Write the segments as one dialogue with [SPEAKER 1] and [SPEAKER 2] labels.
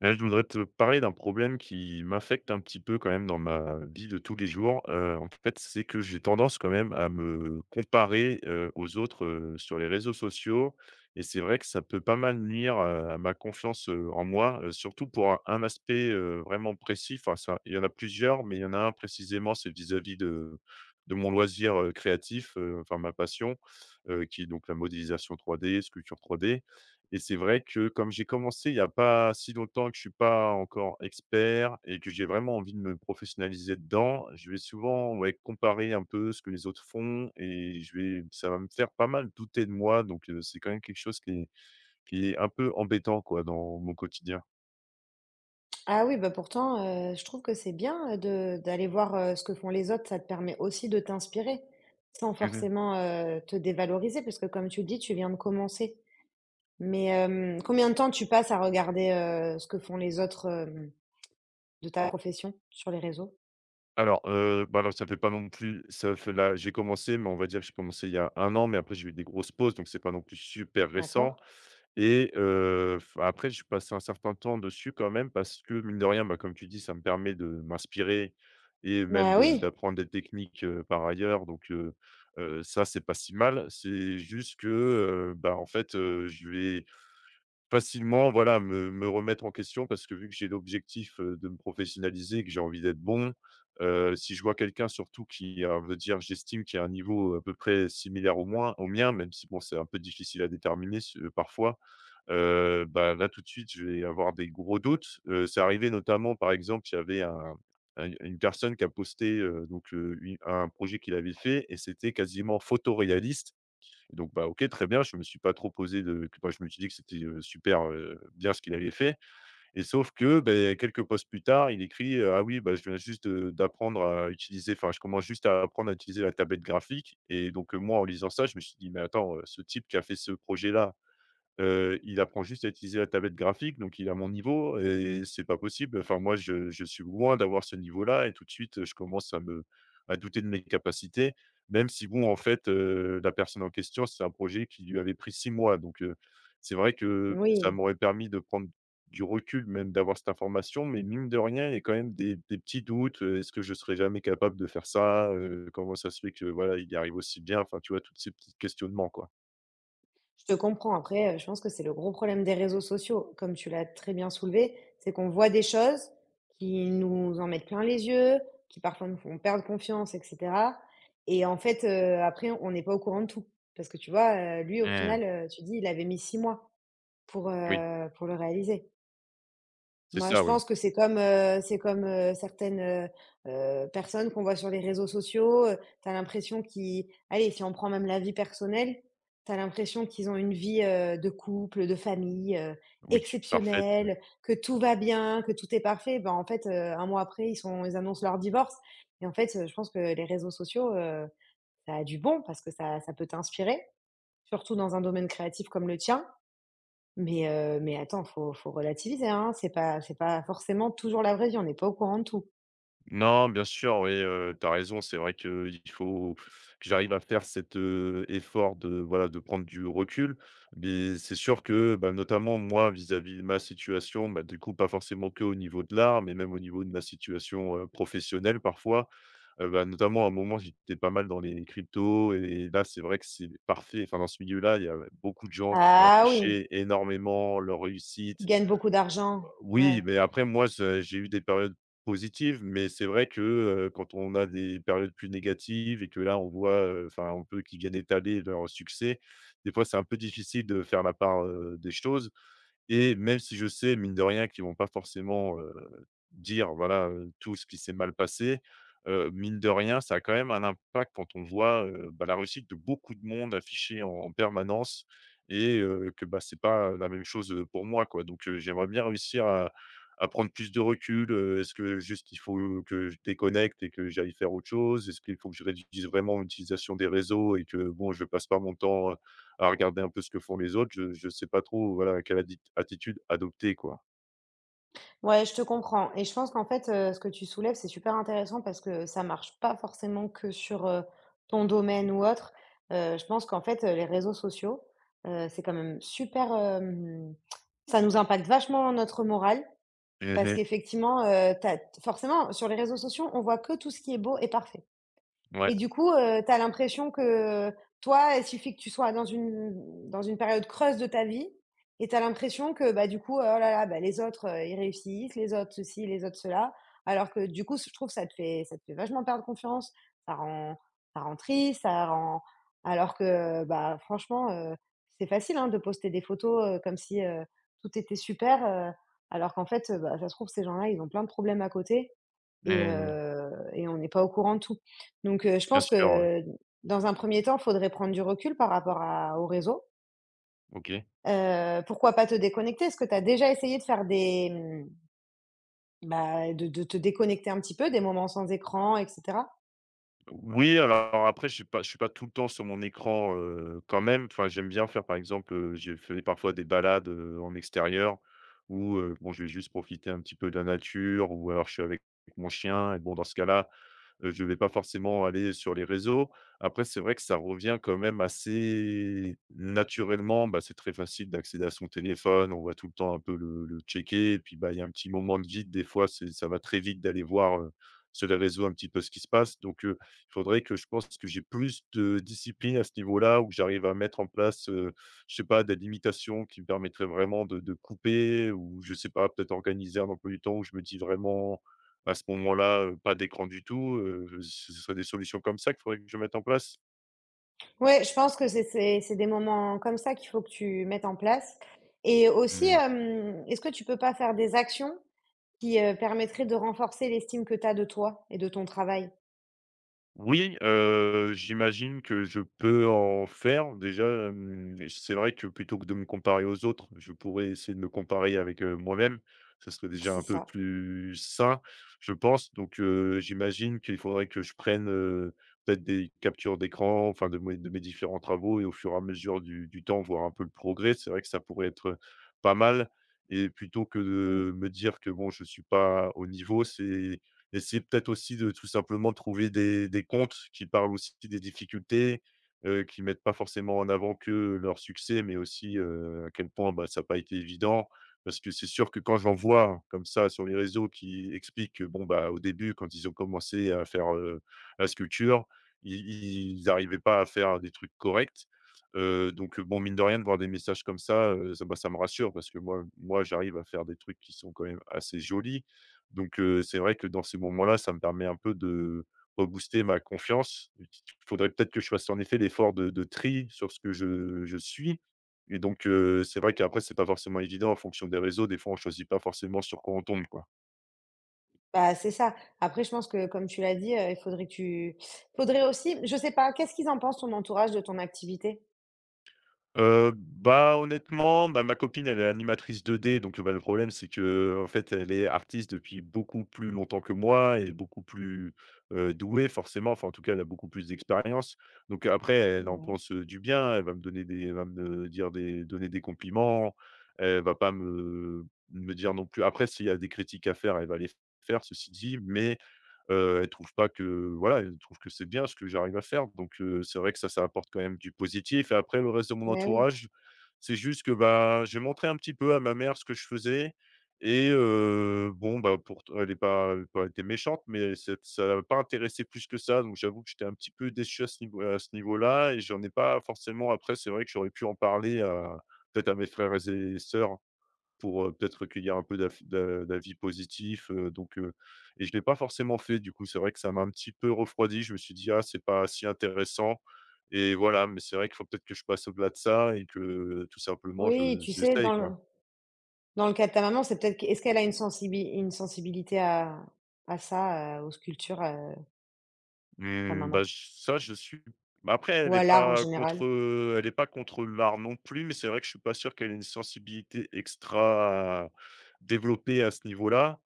[SPEAKER 1] Là, je voudrais te parler d'un problème qui m'affecte un petit peu quand même dans ma vie de tous les jours. En fait, c'est que j'ai tendance quand même à me comparer, aux autres, sur les réseaux sociaux et c'est vrai que ça peut pas mal nuire, à ma confiance, en moi, surtout pour un aspect, vraiment précis. Enfin ça, il y en a plusieurs, mais il y en a un précisément, c'est vis-à-vis de mon loisir, créatif, enfin ma passion, qui est donc la modélisation 3D, sculpture 3D. Et c'est vrai que comme j'ai commencé il n'y a pas si longtemps, que je suis pas encore expert et que j'ai vraiment envie de me professionnaliser dedans, je vais souvent, ouais, comparer un peu ce que les autres font et je vais ça va me faire pas mal douter de moi donc c'est quand même quelque chose qui est un peu embêtant, quoi, dans mon quotidien.
[SPEAKER 2] Ah oui, bah pourtant, je trouve que c'est bien, de d'aller voir, ce que font les autres. Ça te permet aussi de t'inspirer, sans
[SPEAKER 1] Mmh.
[SPEAKER 2] forcément, te dévaloriser, parce que comme tu le dis, tu viens de commencer. Mais, combien de temps tu passes à regarder, ce que font les autres, de ta profession sur les réseaux?
[SPEAKER 1] Alors, bah, alors ça fait pas non plus ça fait là j'ai commencé, mais on va dire que j'ai commencé il y a un an, mais après j'ai eu des grosses pauses, donc c'est pas non plus super
[SPEAKER 2] D'accord.
[SPEAKER 1] récent. Et f après, je suis passé un certain temps dessus quand même parce que mine de rien, bah, comme tu dis, ça me permet de m'inspirer et même
[SPEAKER 2] Bah
[SPEAKER 1] de
[SPEAKER 2] oui,
[SPEAKER 1] d'apprendre des techniques, par ailleurs donc ça, c'est pas si mal. C'est juste que, en fait, je vais facilement, voilà, me remettre en question parce que vu que j'ai l'objectif, de me professionnaliser que j'ai envie d'être bon, si je vois quelqu'un surtout qui, veut dire j'estime qu'il y a un niveau à peu près similaire au moins au mien, même si bon, c'est un peu difficile à déterminer ce parfois, bah, là tout de suite, je vais avoir des gros doutes, c'est arrivé notamment, par exemple, il y avait un une personne qui a posté, donc u un projet qu'il avait fait et c'était quasiment photoréaliste. Et donc, bah, OK, très bien, je me suis pas trop posé de que bah, je me suis dit que c'était, super, bien ce qu'il avait fait. Et sauf que, beh, quelques posts plus tard, il écrit, «Ah oui, bah, je viens juste, d'apprendre à utiliser enfin, je commence juste à apprendre à utiliser la tablette graphique», et donc, moi, en lisant ça, je me suis dit: «Mais attends, ce type qui a fait ce projet-là, il apprend juste à utiliser la tablette graphique, donc il a mon niveau et c'est pas possible.» Enfin, moi, je suis loin d'avoir ce niveau-là et tout de suite, je commence à me à douter de mes capacités, même si bon, en fait, la personne en question, c'est un projet qui lui avait pris 6 mois, donc c'est vrai que ça
[SPEAKER 2] oui.
[SPEAKER 1] m'aurait permis de prendre du recul, même d'avoir cette information, mais mine de rien, il y a quand même des petits doutes, «Est-ce que je serais jamais capable de faire ça? Comment ça se fait que, voilà, il y arrive aussi bien ?» enfin, tu vois, toutes ces petits questionnements, quoi.
[SPEAKER 2] Je te comprends. Après, je pense que c'est le gros problème des réseaux sociaux. Comme tu l'as très bien soulevé, c'est qu'on voit des choses qui nous en mettent plein les yeux, qui parfois nous font perdre confiance et cetera et en fait, après on n'est pas au courant de tout. Parce que tu vois, lui au
[SPEAKER 1] Mmh,
[SPEAKER 2] final, tu dis il avait mis 6 mois
[SPEAKER 1] oui.
[SPEAKER 2] pour le réaliser.
[SPEAKER 1] C'est
[SPEAKER 2] Moi,
[SPEAKER 1] ça,
[SPEAKER 2] je
[SPEAKER 1] oui.
[SPEAKER 2] pense que c'est comme, certaines, personnes qu'on voit sur les réseaux sociaux, tu as l'impression qu'ils allez, si on prend même la vie personnelle, tu as l'impression qu'ils ont une vie, de couple, de famille,
[SPEAKER 1] Oui, parfaite, ouais.
[SPEAKER 2] exceptionnelle, que tout va bien, que tout est parfait. Ben, en fait, 1 mois après, ils annoncent leur divorce et en fait, je pense que les réseaux sociaux, ça a du bon parce que ça peut t'inspirer, surtout dans un domaine créatif comme le tien mais attends, faut relativiser, hein. C'est pas forcément toujours la vraie vie, on n'est pas au courant de tout.
[SPEAKER 1] Non, bien sûr, oui, tu as raison. C'est vrai que il faut que j'arrive à faire cet, effort de, voilà, de prendre du recul. Mais c'est sûr que, bah, notamment moi, vis-à-vis de ma situation, bah, du coup, pas forcément que au niveau de l'art, mais même au niveau de ma situation, professionnelle parfois, bah, notamment à un moment, j'étais pas mal dans les cryptos et là, c'est vrai que c'est parfait. Enfin, dans ce milieu-là, il y a beaucoup de gens qui vont
[SPEAKER 2] Ah oui,
[SPEAKER 1] afficher énormément leur
[SPEAKER 2] ils
[SPEAKER 1] réussite.
[SPEAKER 2] gagnent beaucoup d'argent.
[SPEAKER 1] Oui,
[SPEAKER 2] Ouais.
[SPEAKER 1] mais après moi, ce j'ai eu des périodes positives, mais c'est vrai que, quand on a des périodes plus négatives et que là, on voit, enfin, un peu qui viennent étaler leur succès, des fois, c'est un peu difficile de faire la part, des choses. Et même si je sais, mine de rien, qu'ils vont pas forcément, dire, voilà, tout ce qui s'est mal passé, mine de rien, ça a quand même un impact quand on voit, bah, la réussite de beaucoup de monde affichée en permanence et que, bah, c'est pas la même chose, pour moi, quoi. Donc j'aimerais bien réussir à prendre plus de recul, est-ce que juste il faut que je déconnecte et que j'aille faire autre chose? Est-ce qu'il faut que je réduise vraiment l'utilisation des réseaux et que bon, je passe pas mon temps, à regarder un peu ce que font les autres, je sais pas trop, voilà, quelle attitude adopter, quoi.
[SPEAKER 2] Ouais, je te comprends et je pense qu'en fait, ce que tu soulèves, c'est super intéressant parce que ça marche pas forcément que sur, ton domaine ou autre. Je pense qu'en fait, les réseaux sociaux, c'est quand même super, ça nous impacte vachement notre morale parce
[SPEAKER 1] Mmh.
[SPEAKER 2] qu'effectivement, tu forcément, sur les réseaux sociaux, on voit que tout ce qui est beau et parfait.
[SPEAKER 1] Ouais,
[SPEAKER 2] Et du coup, tu as l'impression que, toi, il suffit que tu sois dans une période creuse de ta vie et tu as l'impression que, bah, du coup, oh là là, bah, les autres, ils réussissent, les autres ceci, les autres cela. Alors que du coup, je trouve que ça te fait vachement perdre confiance, ça rend ça rend triste, ça rend alors que, bah, franchement, c'est facile, hein, de poster des photos, comme si, tout était super, alors qu'en fait, bah, ça se trouve ces gens-là, ils ont plein de problèmes à côté et
[SPEAKER 1] mmh,
[SPEAKER 2] heu et on n'est pas au courant de tout. Donc je
[SPEAKER 1] bien
[SPEAKER 2] pense
[SPEAKER 1] sûr, ouais.
[SPEAKER 2] que dans un premier temps, il faudrait prendre du recul par rapport à au réseau.
[SPEAKER 1] OK.
[SPEAKER 2] Pourquoi pas te déconnecter? Est-ce que tu as déjà essayé de faire des, mmh, bah, de te déconnecter un petit peu, des moments sans écran et cetera?
[SPEAKER 1] Oui, alors après, je suis pas tout le temps sur mon écran, quand même. Enfin, j'aime bien faire, par exemple, je fais parfois des balades, en extérieur où, bon, je vais juste profiter un petit peu de la nature ou alors je suis avec mon chien et bon, dans ce cas-là, je vais pas forcément aller sur les réseaux. Après, c'est vrai que ça revient quand même assez naturellement. Bah, c'est très facile d'accéder à son téléphone. On va tout le temps un peu le checker et puis, bah, il y a un petit moment de vide des fois, c'est ça va très vite d'aller voir, sur les réseaux un petit peu ce qui se passe. Donc, il faudrait que je pense que j'ai plus de discipline à ce niveau-là ou que j'arrive à mettre en place, je sais pas, des limitations qui me permettraient vraiment de couper ou je sais pas, peut-être organiser un emploi du temps où je me dis vraiment à ce moment-là, pas d'écran du tout, ce serait des solutions comme ça qu'il faudrait que je mette en place?
[SPEAKER 2] Ouais, je pense que c'est des moments comme ça qu'il faut que tu mettes en place et aussi, est-ce que tu peux pas faire des actions qui, permettraient de renforcer l'estime que tu as de toi et de ton travail?
[SPEAKER 1] Oui, j'imagine que je peux en faire. Déjà, c'est vrai que plutôt que de me comparer aux autres, je pourrais essayer de me comparer avec, moi-même. Ce serait déjà
[SPEAKER 2] C'est
[SPEAKER 1] un peu
[SPEAKER 2] ça.
[SPEAKER 1] plus sain, je pense. Donc, j'imagine qu'il faudrait que je prenne, peut-être des captures d'écran, enfin de mes différents travaux et au fur et à mesure du temps, voir un peu le progrès. C'est vrai que ça pourrait être, pas mal. Et plutôt que
[SPEAKER 2] Mmh.
[SPEAKER 1] de me dire que bon, je suis pas au niveau, c'est essayer peut-être aussi de tout simplement trouver des comptes qui parlent aussi des difficultés, qui mettent pas forcément en avant que leur succès, mais aussi, à quel point, bah, ça a pas été évident. Parce que c'est sûr que quand j'en vois comme ça sur les réseaux qui expliquent que, bon, bah, au début, quand ils ont commencé à faire, la sculpture, ils n'arrivaient pas à faire des trucs corrects. Donc bon, mine de rien, de voir des messages comme ça, ça, bah, ça me rassure parce que moi, j'arrive à faire des trucs qui sont quand même assez jolis. Donc, c'est vrai que dans ces moments-là, ça me permet un peu de rebooster ma confiance. Il faudrait peut-être que je fasse en effet l'effort de tri sur ce que je suis. Et donc, c'est vrai qu'après c'est pas forcément évident en fonction des réseaux. Des fois, on choisit pas forcément sur quoi on tombe, quoi.
[SPEAKER 2] Bah, c'est ça. Après, je pense que comme tu l'as dit, il faudrait que tu faudrait aussi je sais pas, qu'est-ce qu'ils en pensent ton entourage de ton activité?
[SPEAKER 1] Bah, honnêtement, bah, ma copine, elle est animatrice deux d donc bah, le problème, c'est que en fait, elle est artiste depuis beaucoup plus longtemps que moi et beaucoup plus, douée forcément. Enfin, en tout cas, elle a beaucoup plus d'expérience. Donc après, elle en
[SPEAKER 2] Ouais.
[SPEAKER 1] pense, du bien. Elle va me dire des donner des compliments. Elle va pas me dire non plus après s'il y a des critiques à faire, elle va les faire, ceci dit, mais elle trouve pas que voilà, elle trouve que c'est bien ce que j'arrive à faire donc c'est vrai que ça apporte quand même du positif. Et après le reste de mon
[SPEAKER 2] Bah, oui.
[SPEAKER 1] entourage, c'est juste que, bah, j'ai montré un petit peu à ma mère ce que je faisais et bon, bah, pour elle est pas elle a pas été méchante mais c'est ça l'a pas intéressée plus que ça donc j'avoue que j'étais un petit peu déçu à ce niveau à ce niveau-là et j'en ai pas forcément après c'est vrai que j'aurais pu en parler à peut-être à mes frères et sœurs. Pour, peut-être recueillir un peu d'avis positifs, et je l'ai pas forcément fait du coup. C'est vrai que ça m'a un petit peu refroidi. Je me suis dit: «Ah c'est pas si intéressant» et voilà, mais c'est vrai qu'il faut peut-être que je passe au-delà de ça et que tout simplement je
[SPEAKER 2] Oui, tu sais, dans
[SPEAKER 1] j'essaye
[SPEAKER 2] le
[SPEAKER 1] quoi.
[SPEAKER 2] dans le cas de ta maman, c'est peut-être que est-ce qu'elle a une sensibilité à ça, aux sculptures, ta
[SPEAKER 1] Mmh,
[SPEAKER 2] maman?
[SPEAKER 1] bah, j ça je suis bah, après
[SPEAKER 2] Ou
[SPEAKER 1] elle est
[SPEAKER 2] à l'art en
[SPEAKER 1] pas contre,
[SPEAKER 2] général?
[SPEAKER 1] elle est pas contre l'art non plus, mais c'est vrai que je suis pas sûr qu'elle ait une sensibilité extra développée à ce niveau-là,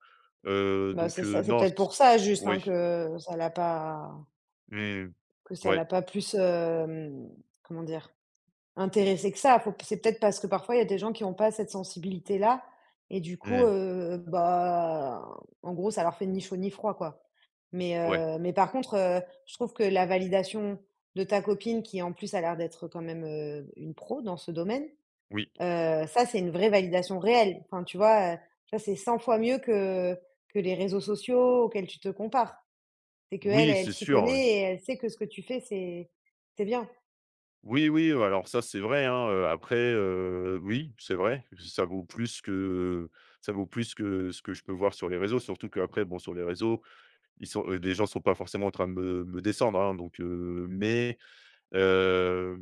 [SPEAKER 2] Bah,
[SPEAKER 1] donc
[SPEAKER 2] c'est ça, c'est
[SPEAKER 1] non c
[SPEAKER 2] peut-être pour ça juste, hein,
[SPEAKER 1] oui, mmh,
[SPEAKER 2] que ça l'a
[SPEAKER 1] ouais,
[SPEAKER 2] pas plus, comment dire? Intéressé que ça, faut c'est peut-être parce que parfois il y a des gens qui n'ont pas cette sensibilité-là et du coup,
[SPEAKER 1] mmh.
[SPEAKER 2] bah, en gros, ça leur fait ni chaud ni froid, quoi.
[SPEAKER 1] Ouais,
[SPEAKER 2] Mais par contre, je trouve que la validation de ta copine qui, en plus, a l'air d'être quand même, une pro dans ce domaine,
[SPEAKER 1] oui.
[SPEAKER 2] ça, c'est une vraie validation réelle. Enfin, tu vois, ça, c'est 100 fois mieux que les réseaux sociaux auxquels tu te compares. C'est que elle
[SPEAKER 1] Oui,
[SPEAKER 2] elle
[SPEAKER 1] c'est
[SPEAKER 2] s'y
[SPEAKER 1] sûr, ouais.
[SPEAKER 2] connaît et elle sait que ce que tu fais, c'est bien.
[SPEAKER 1] Oui, oui, alors ça, c'est vrai, hein, après, oui, c'est vrai, ça vaut plus que ce que je peux voir sur les réseaux, surtout qu'après, bon, sur les réseaux, les gens sont pas forcément en train de me descendre, hein, donc Heu,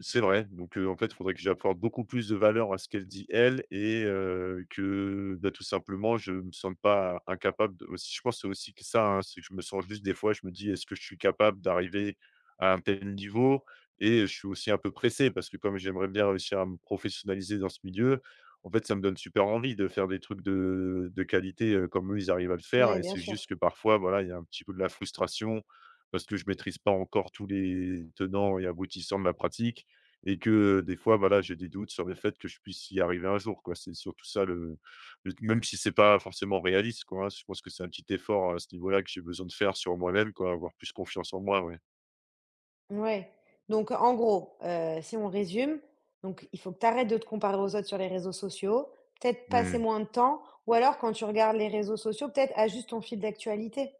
[SPEAKER 1] c'est vrai, donc en fait, il faudrait que j'apporte beaucoup plus de valeur à ce qu'elle dit elle et que, bah, tout simplement, je me sente pas incapable de aussi je pense aussi que ça, hein, c'est que je me sens juste des fois, je me dis: «Est-ce que je suis capable d'arriver à un tel niveau ?» Et je suis aussi un peu pressé parce que comme j'aimerais bien réussir à me professionnaliser dans ce milieu, en fait, ça me donne super envie de faire des trucs de qualité, comme eux, ils arrivent à le faire
[SPEAKER 2] Ouais,
[SPEAKER 1] et
[SPEAKER 2] bien
[SPEAKER 1] c'est
[SPEAKER 2] sûr.
[SPEAKER 1] juste que parfois, voilà, il y a un petit peu de la frustration parce que je maîtrise pas encore tous les tenants et aboutissants de ma pratique et que, des fois, voilà, j'ai des doutes sur le fait que je puisse y arriver un jour, quoi. C'est surtout ça le même si c'est pas forcément réaliste, quoi, hein. Je pense que c'est un petit effort à ce niveau-là que j'ai besoin de faire sur moi-même, quoi, avoir plus confiance en moi, ouais.
[SPEAKER 2] Ouais, donc en gros, si on résume, donc il faut que tu arrêtes de te comparer aux autres sur les réseaux sociaux, peut-être passer
[SPEAKER 1] Mmh.
[SPEAKER 2] moins de temps ou alors quand tu regardes les réseaux sociaux, peut-être ajuste ton fil d'actualité.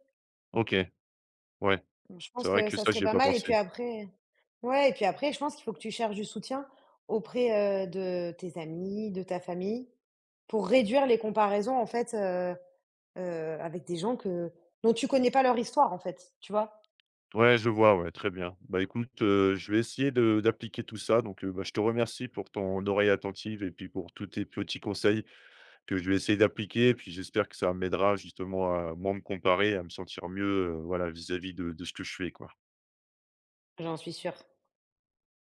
[SPEAKER 1] OK, ouais.
[SPEAKER 2] Donc, je
[SPEAKER 1] C'est
[SPEAKER 2] pense
[SPEAKER 1] vrai
[SPEAKER 2] que
[SPEAKER 1] que
[SPEAKER 2] ça
[SPEAKER 1] ça,
[SPEAKER 2] serait
[SPEAKER 1] j'y ai
[SPEAKER 2] pas
[SPEAKER 1] pas
[SPEAKER 2] mal et puis
[SPEAKER 1] pensé.
[SPEAKER 2] après ouais et puis après je pense qu'il faut que tu cherches du soutien auprès, de tes amis, de ta famille, pour réduire les comparaisons en fait, avec des gens que dont tu connais pas leur histoire en fait, tu vois?
[SPEAKER 1] Ouais, je vois, ouais, très bien. Bah, écoute, je vais essayer de d'appliquer tout ça donc, bah, je te remercie pour ton oreille attentive et puis pour tous tes petits conseils. Que je vais essayer d'appliquer. Puis j'espère que ça m'aidera justement à moins me comparer, à me sentir mieux, voilà, vis-à-vis de ce que je fais, quoi.
[SPEAKER 2] J'en suis sûre.